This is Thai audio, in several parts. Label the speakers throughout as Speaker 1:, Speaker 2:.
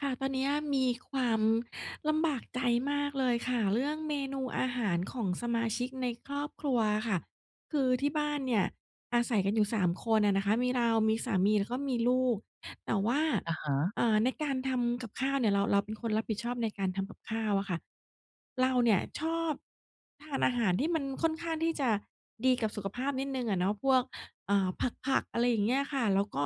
Speaker 1: ค่ะตอนเนี้ยมีความลำบากใจมากเลยค่ะเรื่องเมนูอาหารของสมาชิกในครอบครัวค่ะคือที่บ้านเนี่ยอาศัยกันอยู่3คนอะนะคะมีเรามีสามีแล้วก็มีลูกแต่ว่า
Speaker 2: อะฮะ
Speaker 1: ในการทำกับข้าวเนี่ยเราเป็นคนรับผิดชอบในการทำกับข้าวอะค่ะเราเนี่ยชอบทานอาหารที่มันค่อนข้างที่จะดีกับสุขภาพนิดหนึ่งอะเนาะพวก อ่าผักๆอะไรอย่างเงี้ยค่ะแล้วก็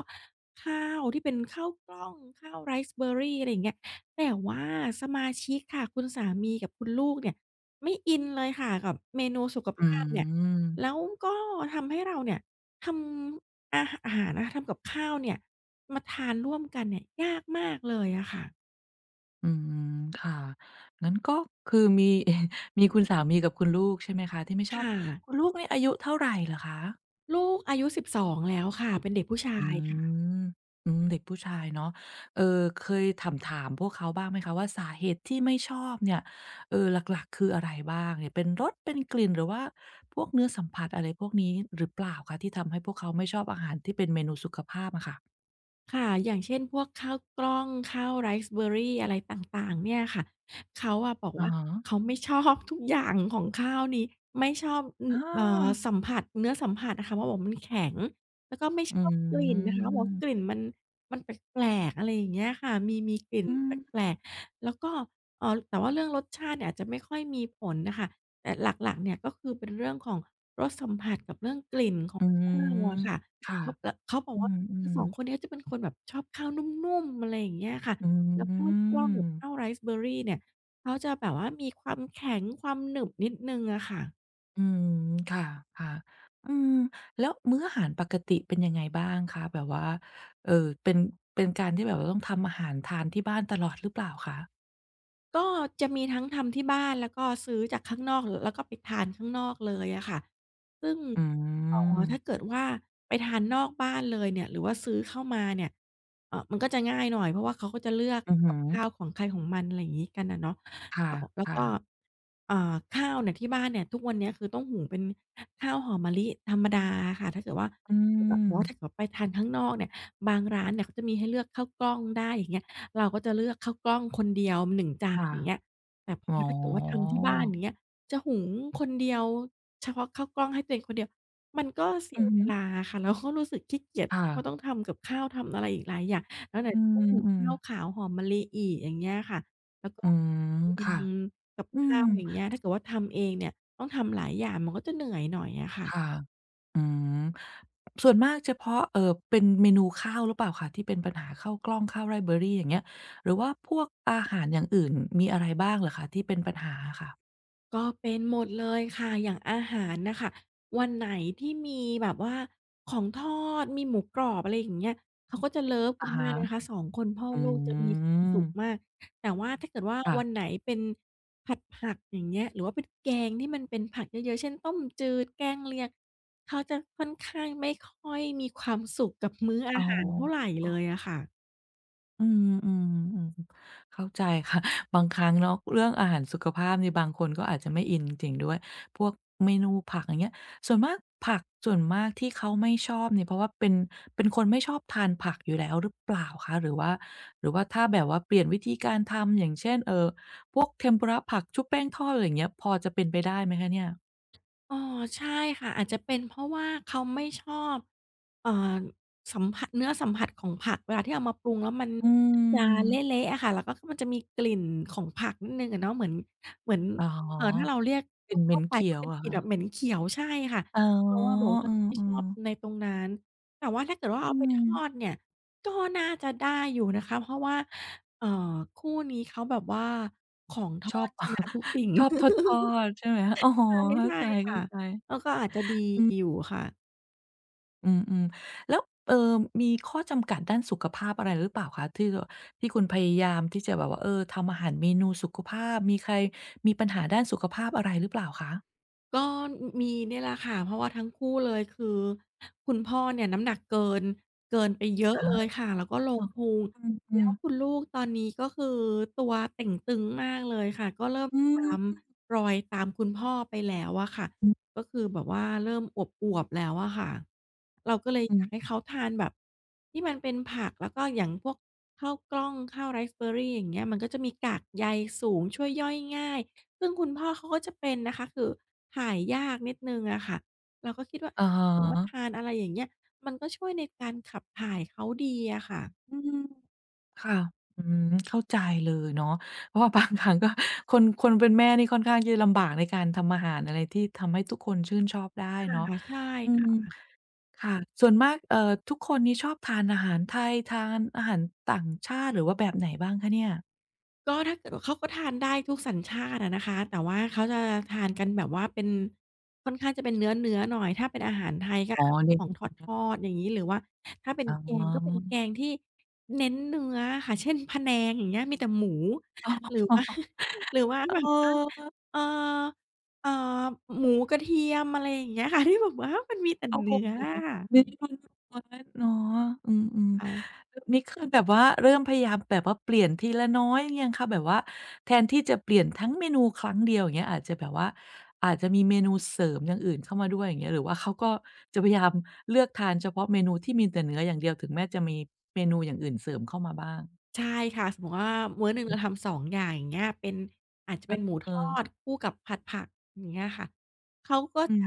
Speaker 1: ข้าวที่เป็นข้าวกล้องข้าวไรซ์เบอร์รีอะไรอย่างเงี้ยแต่ว่าสมาชิกค่ะคุณสามีกับคุณลูกเนี่ยไม่อินเลยค่ะกับเมนูสุข
Speaker 2: อื
Speaker 1: ภาพเนี่ย แล้
Speaker 2: ม
Speaker 1: วก็ทำให้เราเนี่ยทำอาอาหารนะคะทำกับข้าวเนี่ยมาทานร่วมกันเนี่ยยากมากเลยอะค่ะ
Speaker 2: อืมค่ะงั้นก็คือมี มีคุณสามีกับคุณลูกใช่ไหมคะที่ไม่ชอบ
Speaker 1: ค่ะ
Speaker 2: คุณลูกนี่อายุเท่าไรเหรอคะ
Speaker 1: ลูกอายุ12แล้วค่ะเป็นเด็กผู้ชา
Speaker 2: อื
Speaker 1: ยค่ะ
Speaker 2: มอืมเด็กผู้ชายเนาะเอ่อเคยถามพวกเขาบ้างไหมคะว่าสาเหตุที่ไม่ชอบเนี่ยหลักๆคืออะไรบ้างเนี่ยเป็นรสเป็นกลิ่นหรือว่าพวกเนื้อสัมผัสอะไรพวกนี้หรือเปล่าคะที่ทำให้พวกเขาไม่ชอบอาหารที่เป็นเมนูสุขภาพอะค่ะ
Speaker 1: ค่ะอย่างเช่นพวกข้าวกล้องข้าวไรซ์เบอร์รี่อะไรต่างๆเนี่ยค่ะเขาบอก
Speaker 2: อะ
Speaker 1: ว่า
Speaker 2: ฮะ
Speaker 1: เขาไม่ ชอบทุกอย่างของข้าวนี้ ไม่ชอบอืม
Speaker 2: อา
Speaker 1: สัมผัสเนื้อสัมผัสอะค่ะเพราะบอกมันแข็งแล้วก็ไม่ช
Speaker 2: อื
Speaker 1: อบกลิ่นนะคะบอกว่ากลิ่
Speaker 2: ม
Speaker 1: นมันแปลกๆอะไรอย่างเงี้ยค่ะมีกลิ่น
Speaker 2: อืม
Speaker 1: แปลกๆแล้วก็แต่ว่าเรื่องรสชาติเนี่ยอาจจะไม่ค่อยมีผลน่ะค่ะแต่หลักๆเนี่ยก็คือเป็นเรื่องของ
Speaker 2: อื
Speaker 1: ข้าว
Speaker 2: ม
Speaker 1: อะค่ะ
Speaker 2: ค่ะ
Speaker 1: เขาบอก
Speaker 2: อื
Speaker 1: ว่า
Speaker 2: ม อื
Speaker 1: คื
Speaker 2: ม
Speaker 1: อสองคนเนี้ยจะเป็นคนแบบชอบข้าวนุ่มๆอะไรอย่างเงี้ยค่ะ
Speaker 2: อื
Speaker 1: แล้วข้าวกล้องกับข้าว
Speaker 2: ม
Speaker 1: ไรซ์เบอร์รี่เนี่ยเขาจะแบบว่ามีความแข็งความหนึบนิดหนึ่งอะค่ะ
Speaker 2: อืมค่ะค่ะอืมแล้วมื้ออาหารปกติเป็นยังไงบ้างคะแบบว่าเอ่อเป็นเป็นการที่แบบว่าต้องทำอาหารทานที่บ้านตลอดหรือเปล่าคะ
Speaker 1: ก็จะมีทั้งทำที่บ้านแล้วก็ซื้อจากข้างนอกหรือแล้วก็ไปทานข้างนอกเลยอะค่ะซึ่ง
Speaker 2: อืม
Speaker 1: ถ้าเกิดว่าไปทานนอกบ้านเลยเนี่ยหรือว่าซื้อเข้ามาเนี่ยมันก็จะง่ายหน่อยเพราะว่าเขาก็จะเลือก
Speaker 2: อือฮึ
Speaker 1: กับข้าวของใครของมันอะไรอย่างงี้กันอะเนาะ
Speaker 2: ค
Speaker 1: แล้ว
Speaker 2: ่ะ
Speaker 1: ก็
Speaker 2: ๆ
Speaker 1: อ่าข้าวเนี่ยที่บ้านเนี่ยทุกวันเนี้ยคือต้องหุงเป็นข้าวหอมมะลิธรรมดาอะค่ะถ้าเกิดว่า
Speaker 2: อื
Speaker 1: แบบแต่ว่าถ้า
Speaker 2: ม
Speaker 1: เกิดไปทานข้างนอกเนี่ยบางร้านเนี่ยเขาจะมีให้เลือกข้าวกล้องได้อย่างเงี้ย เราก็จะเลือกข้าวกล้องคนเดียว1จาน
Speaker 2: ค่ะ
Speaker 1: อย่างเงี้ยแต่พ
Speaker 2: อ๋
Speaker 1: อถ้าเกิดว่าทำ
Speaker 2: อ
Speaker 1: ที่บ้านอย่างเงี้ยจะหุงคนเดียวเฉพาะข้าวกล้องให้ตัวเองคนเดียวมันก็เสี
Speaker 2: อื
Speaker 1: ย
Speaker 2: อ
Speaker 1: เว
Speaker 2: ฮึ
Speaker 1: ลาค่ะแล้วก็รู้สึกขี้เกียจเพราะว่าต้อ
Speaker 2: ค่ะ
Speaker 1: งทำกับข้าวทำอะไรอีกหลายอย่างแล้วไหน
Speaker 2: อื
Speaker 1: จะต้องหุง
Speaker 2: ม
Speaker 1: ข้าว
Speaker 2: ๆ
Speaker 1: ขาวหอมมะลิอีกอย่างเงี้ยค่ะแล้วก็
Speaker 2: อืม
Speaker 1: อื
Speaker 2: ค่ะ
Speaker 1: มกับ
Speaker 2: อื
Speaker 1: ข้า
Speaker 2: ม
Speaker 1: วอย่างเงี้ยถ้าเกิดว่าทำเองเนี่ยต้องทำหลายอย่างมันก็จะเหนื่อยหน่อยอะค่ะ
Speaker 2: ค่ะ อืม ส่วนมากเฉพาะเป็นเมนูข้าวหรือเปล่าคะที่เป็นปัญหาข้าวกล้องข้าวไรซ์เบอร์รีอย่างเงี้ยหรือว่าพวกอาหารอย่างอื่นมีอะไรบ้างเหรอคะที่เป็นปัญหาอะค่ะ
Speaker 1: ก็เป็นหมดเลยค่ะอย่างอาหารน่ะค่ะวันไหนที่มีแบบว่าของทอดมีหมูกรอบอะไรอย่างเงี้ยเขาก็จะเลิฟกั
Speaker 2: อะ
Speaker 1: นมา
Speaker 2: ฮะ
Speaker 1: กนะคะสองคนพ่อ
Speaker 2: อื
Speaker 1: ลูกจะมีความ
Speaker 2: ม
Speaker 1: สุขมากแต่ว่าถ้าเกิดว่า
Speaker 2: ค่ะ
Speaker 1: วันไหนเป็นผัดผักอย่างเงี้ยหรือว่าเป็นแกงที่มันเป็นผักเยอะๆเช่นต้มจืดแกงเลียงเขาจะค่อนข้างไม่ค่อยมีความสุขกับมื้อ
Speaker 2: อ๋
Speaker 1: อา
Speaker 2: อ
Speaker 1: หารเท่าไรเลยอะค่ะ
Speaker 2: อืมอืมอืมเข้าใจค่ะ บางครั้งเนาะเรื่องอาหารสุขภาพนี่บางคนก็อาจจะไม่อินจริงด้วยพวกเมนูผักอย่างเงี้ยส่วนมากผักส่วนมากที่เขาไม่ชอบเนี่ยเพราะว่าเป็นเป็นคนไม่ชอบทานผักอยู่แล้วหรือเปล่าคะหรือว่าหรือว่าถ้าแบบว่าเปลี่ยนวิธีการทำอย่างเช่นเออพวกเทมปุระผักชุบแป้งทอดอะไรอย่างเงี้ยพอจะเป็นไปได้ไหมคะเนี่ย
Speaker 1: อ๋อใช่ค่ะอาจจะเป็นเพราะว่าเขาไม่ชอบเอ่อสัมผัสเนื้อสัมผัสของผักเวลาที่เอามาปรุงแล้วมัน
Speaker 2: อื
Speaker 1: จะ
Speaker 2: ม
Speaker 1: เละๆอะค่ะแล้วก็มันจะมีกลิ่นของผักนิดหนึ่งอะเนาะเหมือน
Speaker 2: อ๋
Speaker 1: ถ้า
Speaker 2: อ
Speaker 1: เราเรียกท
Speaker 2: เป็นเหม็
Speaker 1: ั่ว
Speaker 2: น
Speaker 1: ๆไป
Speaker 2: เขี
Speaker 1: ก็
Speaker 2: ยว
Speaker 1: เป็น
Speaker 2: เหรอะ
Speaker 1: กลิ่น
Speaker 2: คะ
Speaker 1: แบบเหม็นเขียวใช่ค่ะ
Speaker 2: อ๋อ
Speaker 1: เพราะว่าแบบว่า
Speaker 2: เอ
Speaker 1: เขาจะไม่
Speaker 2: มอ
Speaker 1: ชอบใน
Speaker 2: ๆ
Speaker 1: ตรงนั้นแต่ว่าถ้าเกิดว่า
Speaker 2: อื
Speaker 1: เอาไปท
Speaker 2: ม
Speaker 1: อดเนี่ยก็น่าจะได้อยู่นะคะเพราะว่าเอ่อคู่นี้เขาแบบว่าของท
Speaker 2: ช
Speaker 1: อ
Speaker 2: อบ
Speaker 1: ดชนะทุก สิ่ง
Speaker 2: ชอบทอดๆใช่ไหมอ๋อ
Speaker 1: ใช่
Speaker 2: เข้า
Speaker 1: ใช่
Speaker 2: ใจ
Speaker 1: ค่ะแล้
Speaker 2: ๆ
Speaker 1: วก็อาจจะดีอยู่ค่ะ
Speaker 2: อืมๆแล้วมีข้อจำกัดด้านสุขภาพอะไรหรือเปล่าคะที่คุณพยายามที่จะแบบว่าเออทำอาหารเมนูสุขภาพมีใครมีปัญหาด้านสุขภาพอะไรหรือเปล่าคะ
Speaker 1: ก็มีเนี่ยแหละค่ะเพราะว่าทั้งคู่เลยคือคุณพ่อเนี่ยน้ำหนักเกินไปเยอะเลย
Speaker 2: อ๋
Speaker 1: ค่ะแล้วก็ล
Speaker 2: อ
Speaker 1: งพุง
Speaker 2: อื
Speaker 1: แล้
Speaker 2: ม
Speaker 1: ว
Speaker 2: ๆ
Speaker 1: คุณลูกตอนนี้ก็คือตัวเต่งตึงมากเลยค่ะก็เริ่ม
Speaker 2: อื
Speaker 1: จะตาม
Speaker 2: ม
Speaker 1: รอยตามคุณพ่อไปแล้วอะค่ะ
Speaker 2: อือ
Speaker 1: ก็คือแบบว่าเริ่มอวบๆแล้วอะค่ะเราก็เลย
Speaker 2: อ
Speaker 1: อ
Speaker 2: ม
Speaker 1: ยากให้เขาทานแบบที่มันเป็นผักแล้วก็อย่างพวกข้าวกล้องข้าวไรซ์เบอร์รี่อย่างเงี้ยมันก็จะมีกากใยสูงช่วยย่อยง่าย ซึ่งคุณพ่อเขาก็จะเป็นนะคะคือถ่ายยากนิดหนึ่งอะค่ะเราก็คิดว่า
Speaker 2: อะ
Speaker 1: เอ๊ะ
Speaker 2: ฮะ
Speaker 1: ถ้าเกิดว่าทานอะไรอย่างเงี้ยมันก็ช่วยในการขับถ่ายเขาดีอะค่ะ
Speaker 2: อืมค่ะอืมเข้าใจเลยเนาะเพราะว่าบางครั้งก็คนคนเป็นแม่นี่ค่อนข้างที่จะลำบากในการทำอาหารอะไรที่ทำให้ทุกคนชื่นชอบได้
Speaker 1: อ
Speaker 2: เนาะ
Speaker 1: าใช่
Speaker 2: อืมค่ะ ส่วนมากทุกคนนี้ชอบทานอาหารไทยทานอาหารต่างชาติหรือว่าแบบไหนบ้างคะเนี่ย
Speaker 1: ก็ถ้าเกิดว่าเขาก็ทานได้ทุกสัญชาติอะนะคะแต่ว่าเขาจะทานกันแบบว่าเป็นค่อนข้างจะเป็นเนื้อๆหน่อยถ้าเป็นอาหารไทยก็
Speaker 2: อ๋อ
Speaker 1: อาจ
Speaker 2: เน้น
Speaker 1: ของทอดๆอย่างงี้หรือว่าถ้าเป็น
Speaker 2: อ๋
Speaker 1: แกงก็เป็น
Speaker 2: อ
Speaker 1: แกงที่เน้นเนื้ออะค่ะเช่นพะแนงอย่างเงี้ยมีแต่หมูหรือว่า
Speaker 2: อ
Speaker 1: หรือว่า
Speaker 2: ๋
Speaker 1: แบบ
Speaker 2: อเอ
Speaker 1: ว่า
Speaker 2: อ
Speaker 1: เอ่อเอ่อหมูกระเทียมอะไรอย่างเงี้ยค่ะที่แบบว่ามันมีแต่
Speaker 2: โอ้โฮ
Speaker 1: เนื้ออะ
Speaker 2: ไม่ได้ เนาะอืม
Speaker 1: ค่ะ
Speaker 2: ๆแบบนี้คือแบบว่าเริ่มพยายามแบบว่าเปลี่ยนทีละน้อยยังคะแบบว่าแทนที่จะเปลี่ยนทั้งเมนูครั้งเดียวอย่างเงี้ยอาจจะแบบว่าอาจจะมีเมนูเสริมอย่างอื่นเข้ามาด้วยอย่างเงี้ยหรือว่าเขาก็จะพยายามเลือกทานเฉพาะเมนูที่มีแต่เนื้ออย่างเดียวถึงแม้จะมีเมนูอย่างอื่นเสริมเข้ามาบ้าง
Speaker 1: ใช่ค่ะสมมุติว่ามื้อหนึ่งเราทำสองอย่างอย่างเงี้ยเป็นอาจจะเป็นหมูท
Speaker 2: เอ
Speaker 1: อ
Speaker 2: อ
Speaker 1: ดคู่กับผัดผักอย่างเงี้ยค่ะเขาก็
Speaker 2: อื
Speaker 1: จะ
Speaker 2: ม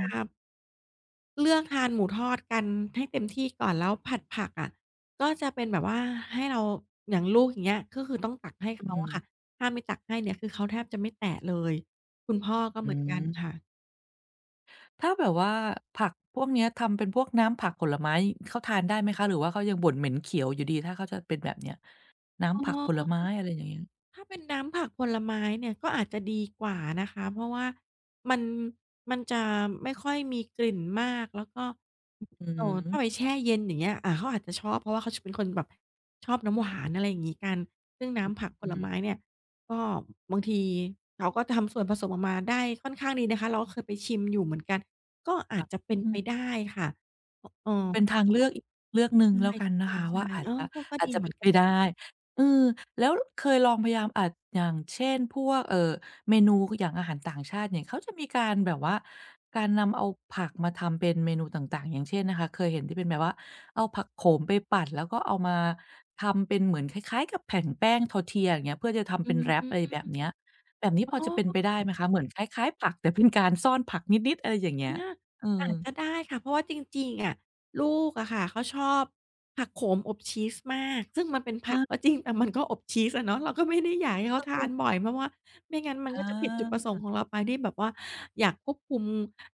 Speaker 1: เลือกทานหมูทอดกันให้เต็มที่ก่อนแล้วผัดผักอะก็จะเป็นแบบว่าให้เราอย่างลูกอย่างเงี้ยก็คือต้องตักให้
Speaker 2: อื
Speaker 1: เขา
Speaker 2: ม
Speaker 1: อะค่ะถ้าไม่ตักให้เนี่ยคือเขาแทบจะไม่แตะเลยคุณพ่อก็
Speaker 2: อื
Speaker 1: เหมือนกัน
Speaker 2: ม
Speaker 1: ค่ะ
Speaker 2: ถ้าแบบว่าผักพวกเนี้ยทำเป็นพวกน้ำผักผลไม้เขาทานได้ไหมคะหรือว่าเขายังบ่นเหม็นเขียวอยู่ดีถ้าเขาจะเป็นแบบเนี้ย
Speaker 1: เ
Speaker 2: น้ำผักผล
Speaker 1: ออ
Speaker 2: ไม้อะไรอย่างเงี้ย
Speaker 1: ถ้าเป็นน้ำผักผลไม้เนี่ยก็อาจจะดีกว่านะคะเพราะว่ามันมันจะไม่ค่อยมีกลิ่นมากแล้วก็
Speaker 2: อ
Speaker 1: ถ้า
Speaker 2: ื
Speaker 1: ไปแช่เย็นอย่างเงี้ยเขาอาจจะชอบเพราะว่าเขาจะเป็นคนแบบชอบน้ำหวานอะไรอย่างงี้กันซึ่ง
Speaker 2: มอือ
Speaker 1: น้ำผักผ
Speaker 2: อื
Speaker 1: ล
Speaker 2: ม
Speaker 1: ไม้เนี่ยก็บางทีเขาก็ทำส่วนผสมออกมาได้ค่อนข้างดีนะคะเราก็เคยไปชิมอยู่เหมือนกันก็อาจ
Speaker 2: ค่ะ
Speaker 1: จะเป็
Speaker 2: อื
Speaker 1: นไป
Speaker 2: ม
Speaker 1: ได้ค่ะอเออ
Speaker 2: เป็นทางเลือกอีกเลือกหนึ่ง
Speaker 1: อื
Speaker 2: แล้วกั
Speaker 1: ใช
Speaker 2: นนะคะว่า
Speaker 1: ม่ๆ
Speaker 2: อา
Speaker 1: ๆ
Speaker 2: จ
Speaker 1: เออ
Speaker 2: จะ
Speaker 1: ก็
Speaker 2: อาจ
Speaker 1: ดี
Speaker 2: จะ
Speaker 1: เห
Speaker 2: เป็
Speaker 1: มือน
Speaker 2: นไป
Speaker 1: กัน
Speaker 2: ได้เออแล้วเคยลองพยายามอาจอย่างเช่นพวกเมนูอย่างอาหารต่างชาติเนี่ยเขาจะมีการแบบว่าการนำเอาผักมาทำเป็นเมนูต่างๆอย่างเช่นนะคะเคยเห็นที่เป็นแบบว่าเอาผักโขมไปปั่นแล้วก็เอามาทำเป็นเหมือนคล้ายๆกับแผ่นแป้ง Tortilla อย่างเงี้ยเพื่อจะทำ
Speaker 1: อื
Speaker 2: เป็นแรปอะไร
Speaker 1: ม
Speaker 2: แบบเนี้ยแบบนี้
Speaker 1: อ๋
Speaker 2: พอ
Speaker 1: อ
Speaker 2: จะเป็นไปได้ไหมคะเหมือนคล้ายๆผักแต่เป็นการซ่อนผักนิดๆอะไรอย่าง
Speaker 1: อา
Speaker 2: เงี้ยเออ
Speaker 1: อาจจะได้ค่ะเพราะว่าจริงๆอะลูกอะค่ะเขาชอบผักโขมอบชีสมากซึ่งมันเป็นผั
Speaker 2: อา
Speaker 1: กก็จริงแต่มันก็อบชีสอะเนาะเราก็ไม่ได้อยากให้เขาทานบ่อยเพราะว่าไม่งั้นมันก็จะผิดจุดประสง
Speaker 2: อา
Speaker 1: ค์ของเราไปที่แบบว่าอยากควบคุม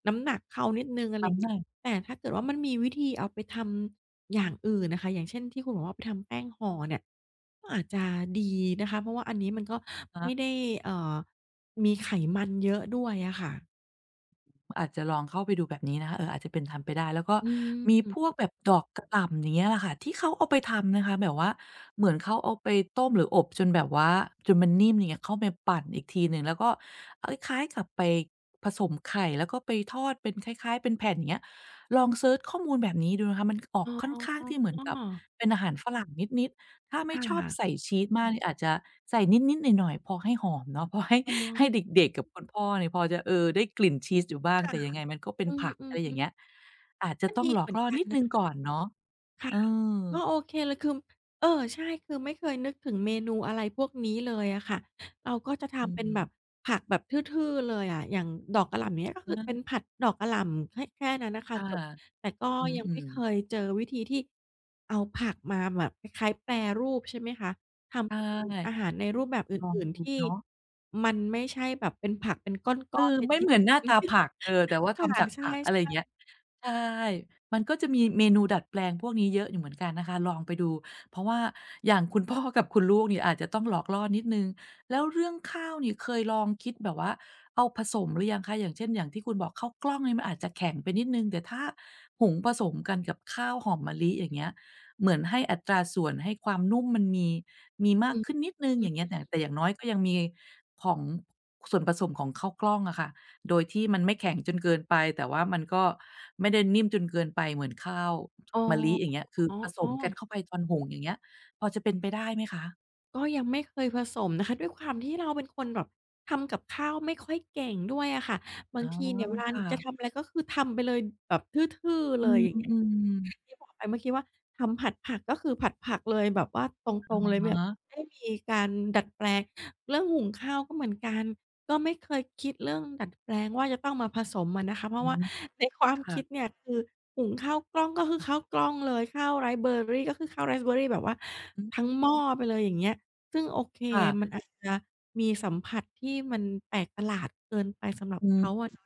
Speaker 1: น้ำหนักเขานิดหนึ่งอะไรอย่าง
Speaker 2: น้ำห
Speaker 1: เงี้ย
Speaker 2: นัก
Speaker 1: แต่ถ้าเกิดว่ามันมีวิธีเอาไปทำอย่างอื่นน่ะค่ะอย่างเช่นที่คุณบอกว่าไปทำแป้งห่อเนี่ยก็อาจจะดีนะคะเพราะว่าอันนี้มันก็ไม่
Speaker 2: นะ
Speaker 1: ได้เอ่อมีไขมันเยอะด้วยอะค่ะ
Speaker 2: อาจจะลองเข้าไปดูแบบนี้นะคะเอออาจจะเป็นทำไปได้แล้วก็
Speaker 1: อื
Speaker 2: มี
Speaker 1: ม
Speaker 2: พวกแบบดอกกระหล่ำอย่างเงี้ยแหละค่ะที่เขาเอาไปทำนะคะแบบว่าเหมือนเขาเอาไปต้มหรืออบจนแบบว่าจนมันนิ่มอย่างเงี้ยเข้าไปปั่นอีกทีหนึ่งแล้วก็เอ๊ยคล้ายกับไปผสมไข่แล้วก็ไปทอดเป็นคล้ายๆเป็นแผ่นอย่างเงี้ยลองเซิร์ชข้อมูลแบบนี้ดูนะคะมันออก
Speaker 1: อ๋
Speaker 2: ค่อนข้าง
Speaker 1: อ
Speaker 2: ที่เหมือนกับเป็นอาหารฝรั่งนิดๆ ถ้าไม่
Speaker 1: ค่ะ
Speaker 2: ชอบใส่
Speaker 1: ค่ะ
Speaker 2: ชีสมากเนี่ยอาจจะใส่นิดๆหน่อยๆพอให้หอมเนาะ พอให้
Speaker 1: อ
Speaker 2: ให้เ
Speaker 1: อ
Speaker 2: ด็กๆกับคุณพ่อเนี่ยพอจะเออได้กลิ่นชีสอยู่บ้าง
Speaker 1: ค่ะ
Speaker 2: แต่ยังไงมันก็เป็น
Speaker 1: อือ
Speaker 2: ผัก
Speaker 1: อื
Speaker 2: อะ
Speaker 1: อ
Speaker 2: ไรอ
Speaker 1: ฮึ
Speaker 2: ย่างเงี้ยอาจจะ
Speaker 1: ก็
Speaker 2: ต้อง
Speaker 1: ดี
Speaker 2: หลอ
Speaker 1: เห
Speaker 2: ก
Speaker 1: มือน
Speaker 2: ล่อ
Speaker 1: กั
Speaker 2: นิ
Speaker 1: น
Speaker 2: ดห
Speaker 1: นะ
Speaker 2: นึ่ง
Speaker 1: คะ
Speaker 2: ก่อนเนาะเอ
Speaker 1: ค่ะ
Speaker 2: อ
Speaker 1: ก็โอเคเลยคือเออใช่คือไม่เคยนึกถึงเมนูอะไรพวกนี้เลยอะค่ะเราก็จะ
Speaker 2: อื
Speaker 1: ทำเป็นแบ
Speaker 2: ม
Speaker 1: บผักแบบทื่อๆเลยอะอย่างดอกกะหล่ำอย่างเงี้ยก็คือเป็น
Speaker 2: เออ
Speaker 1: ผัดดอกกะหล่ำแค่นั้นน่ะค่ะ
Speaker 2: ค่ะ
Speaker 1: จบแต่ก็
Speaker 2: อื
Speaker 1: ยังไม่
Speaker 2: ม
Speaker 1: เค
Speaker 2: ๆ
Speaker 1: ยเจอวิธีที่เอาผักมาแบบคล้ายๆแปรรูปใช่ไหมคะ
Speaker 2: ใช
Speaker 1: ทำเป็นอา
Speaker 2: ่
Speaker 1: หารในรูปแบบอ
Speaker 2: ลอง
Speaker 1: ื่นๆ
Speaker 2: ดู
Speaker 1: ที่
Speaker 2: เนาะ
Speaker 1: มันไม่ใช่แบบเป็นผักเป็นก้
Speaker 2: เอ
Speaker 1: อน
Speaker 2: อ
Speaker 1: ๆเป็น
Speaker 2: ไม่
Speaker 1: ชิ
Speaker 2: เหมือนหน้าตา
Speaker 1: ้น
Speaker 2: ผักเออแต่ว่า
Speaker 1: ๆค่ะ
Speaker 2: ทำจาก
Speaker 1: ใช่
Speaker 2: ผักอะไรอย่างเงี้ยใช่มันก็จะมีเมนูดัดแปลงพวกนี้เยอะอยู่เหมือนกันนะคะลองไปดูเพราะว่าอย่างคุณพ่อกับคุณลูกเนี่ยอาจจะต้องหลอกล่อนิดหนึ่งแล้วเรื่องข้าวนี่เคยลองคิดแบบว่าเอาผสมหรือยังคะอย่างเช่นอย่างที่คุณบอกข้าวกล้องนี่มันอาจจะแข็งไปนิดหนึ่งแต่ถ้าหุงผสมกันกับข้าวหอมมะลิอย่างเงี้ยเหมือนให้อัตราส่วนให้ความนุ่มมันมี มี
Speaker 1: ๆ
Speaker 2: มา
Speaker 1: อื
Speaker 2: ก
Speaker 1: อ
Speaker 2: ขึ้นนิดหนึ่งอย่างเงี้ย
Speaker 1: ฮึ
Speaker 2: แต่อย่างน้อยก็ยังมีของส่วนผสมของข้าวกล้องอะค่ะโดยที่มันไม่แข็งจนเกินไปแต่ว่ามันก็ไม่ได้นิ่มจนเกินไปเหมือนข้าว
Speaker 1: อ๋อ
Speaker 2: มะลิอย่างเงี้ยคือ
Speaker 1: อ
Speaker 2: ผส
Speaker 1: ๋อ
Speaker 2: มกันเข้า
Speaker 1: ๆ
Speaker 2: ไปตอนหุงอย่างเงี้ยพอจะเป็นไปได้ไหมคะ
Speaker 1: ก็ยังไม่เคยผสมนะคะด้วยความที่เราเป็นคนแบบทำกับข้าวไม่ค่อยเก่งด้วยอะค่ะบา
Speaker 2: อ๋
Speaker 1: ง
Speaker 2: อ
Speaker 1: ทีเนี่ยเวลา
Speaker 2: ค่ะ
Speaker 1: จะทำอะไรก็คือทำไปเลยแบบทื่อๆเล
Speaker 2: อื
Speaker 1: ยอย่างเงี้ย
Speaker 2: ม
Speaker 1: ที่บอกไปเมื่อกี้ว่าทำผัดผักก็คือผัดผักเลยแบบว่าต
Speaker 2: ๆอ
Speaker 1: รงๆ
Speaker 2: ะ
Speaker 1: เลย
Speaker 2: ฮะ
Speaker 1: แบบไม่มีการดัดแปลงเรื่องหุงข้าวก็เหมือนกันก็ไม่เคยคิดเรื่องดัดแปลงว่าจะต้องมาผสมอะนะคะเพ
Speaker 2: อื
Speaker 1: ราะว่า
Speaker 2: ม
Speaker 1: ในความ
Speaker 2: ค่ะ
Speaker 1: คิดเนี่ยคือหุงข้าวกล้องก็คือข้าวกล้องเลยข้าวไรซ์เบอร์รี่ก็คือข้าวไรซ์เบอร์รี่แบบว่า
Speaker 2: อืม
Speaker 1: ทั้งหม้อไปเลยอย่างเงี้ย ซึ่งโอเค
Speaker 2: ค่ะ
Speaker 1: มันอาจจะมีสัมผัสที่มันแปลกประหลาดเกินไปสำหรับ
Speaker 2: อื
Speaker 1: เขา
Speaker 2: ม
Speaker 1: อะเนาะ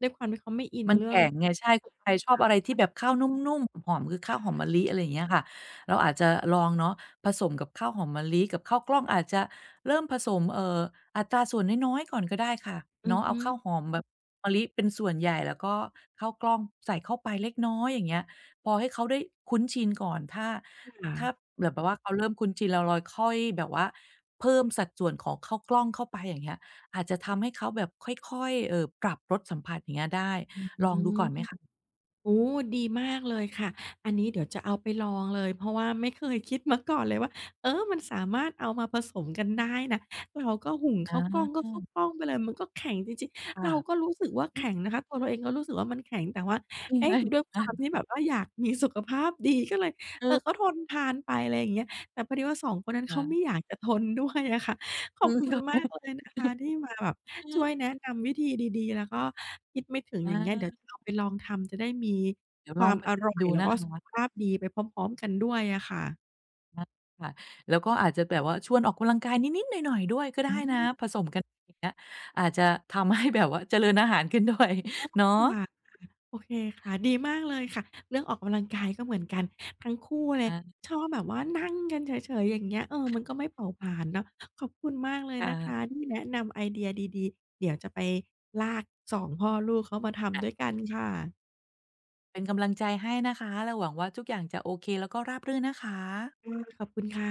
Speaker 1: ด้วยความที่เขาไม่อิน
Speaker 2: มัน
Speaker 1: เรื่อง
Speaker 2: แข็งไงใช่ค
Speaker 1: สุ
Speaker 2: น
Speaker 1: ข
Speaker 2: ไทยชอบ
Speaker 1: ภา
Speaker 2: อะไรที่
Speaker 1: พ
Speaker 2: แบบข้าวนุ่มๆหอมๆคือข้าวหอมมะลิอะไรอย่างเงี้ยค่ะเราอาจจะลองเนาะผสมกับข้าวหอมมะลิกับข้าวกล้องอาจจะเริ่มผสมอัตราส่วนน้อยๆก่อนก็ได้ค่ะ
Speaker 1: อือ
Speaker 2: เนาะเอา
Speaker 1: ฮึ
Speaker 2: ข้าวหอมแบบมะลิเป็นส่วนใหญ่แล้วก็ข้าวกล้องใส่เข้าไปเล็กน้อยอย่างเงี้ยพอให้เขาได้คุ้นชินก่อนถ้า
Speaker 1: ค่ะ
Speaker 2: ถ้าแบบว่าเขาเริ่มคุ้นชินแล้วเราค่อยแบบว่าเพิ่มสัดส่วนของข้าวกล้องเข้าไปอย่างเงี้ยอาจจะทำให้เขาแบบค่อยๆปรับรสสัมผัสอย่างเงี้ยได้
Speaker 1: อืม โอ้ดีมากเลยค่ะอันนี้เดี๋ยวจะเอาไปลองเลยเพราะว่าไม่เคยคิดมาก่อนเลยว่าเออมันสามารถเอามาผสมกันได้นะเราก็หุงข้าวกล้อง
Speaker 2: อา
Speaker 1: ก็ข้าวกล้องไปเลยมันก็แข็งจริงๆ
Speaker 2: ค่ะ
Speaker 1: เราก็รู้สึกว่า
Speaker 2: อืม
Speaker 1: แข็งนะคะตัวเราเองก็รู้สึกว่ามันแข็งแต่ว่า
Speaker 2: จริง
Speaker 1: เอ๊ะ
Speaker 2: เลย
Speaker 1: ด้วยค
Speaker 2: นะ
Speaker 1: วามที่แบบว่าอยากมีสุขภาพดีก็เลย
Speaker 2: เอ
Speaker 1: เออก็
Speaker 2: อ
Speaker 1: ทนทานไปอะไรอย่างเงี้ยแต่พอดีว่า2คนนั้นเขาไม่
Speaker 2: ค่ะ
Speaker 1: อยากจะทนด้วยอะค่ะข
Speaker 2: อื
Speaker 1: อบ
Speaker 2: ม
Speaker 1: คุณ
Speaker 2: ก็
Speaker 1: มากเลยนะคะที่มาแบบ
Speaker 2: เอ
Speaker 1: ช่วย
Speaker 2: อ
Speaker 1: แนะนำวิธีดีๆแล้วก็ คิดไม่ถึงอ
Speaker 2: อา
Speaker 1: ย่างเงี้ยเดี๋ยวจะเอาไปลองทำจะได้มี
Speaker 2: เดี๋ยว
Speaker 1: ค
Speaker 2: ลอ
Speaker 1: วา
Speaker 2: ง
Speaker 1: ม
Speaker 2: ไป
Speaker 1: อร่อย
Speaker 2: ดู
Speaker 1: แล้ว
Speaker 2: นะ
Speaker 1: ก็
Speaker 2: ค
Speaker 1: สุข
Speaker 2: ะ
Speaker 1: ภาพดีไปพร้อมๆกันด้วยอะค่ะ
Speaker 2: อาค่ะแล้วก็อาจจะแบบว่าชวนออกกำลังกายนิดๆหน่อยๆด้วยก็ได้
Speaker 1: อื
Speaker 2: นะ
Speaker 1: ม
Speaker 2: ผสมกันอย่างเงี้ยอาจจะทำให้แบบว่าเจริญอาหารขึ้นด้วย
Speaker 1: ค
Speaker 2: เนาะ
Speaker 1: ่ะโอเคค่ะดีมากเลยค่ะเรื่องออกกำลังกายก็เหมือนกันทั้งคู่เลย
Speaker 2: อา
Speaker 1: ชอบแบบว่านั่งกันเฉยๆอย่างเงี้ยเออมันก็ไม่เผาผลาญเนาะขอบคุณมากเลยนะคะ
Speaker 2: ค่ะ
Speaker 1: ที่แนะนำไอเดียดีๆเดี๋ยวจะไปลาก2พ่อลูกเขามาทำ
Speaker 2: ค่ะ
Speaker 1: ด้วยกันค่ะ
Speaker 2: เป็นกำลังใจให้นะคะแล้วหวังว่าทุกอย่างจะโอเคแล้วก็ราบรื่นนะคะ
Speaker 1: ค่ะขอบคุณค่ะ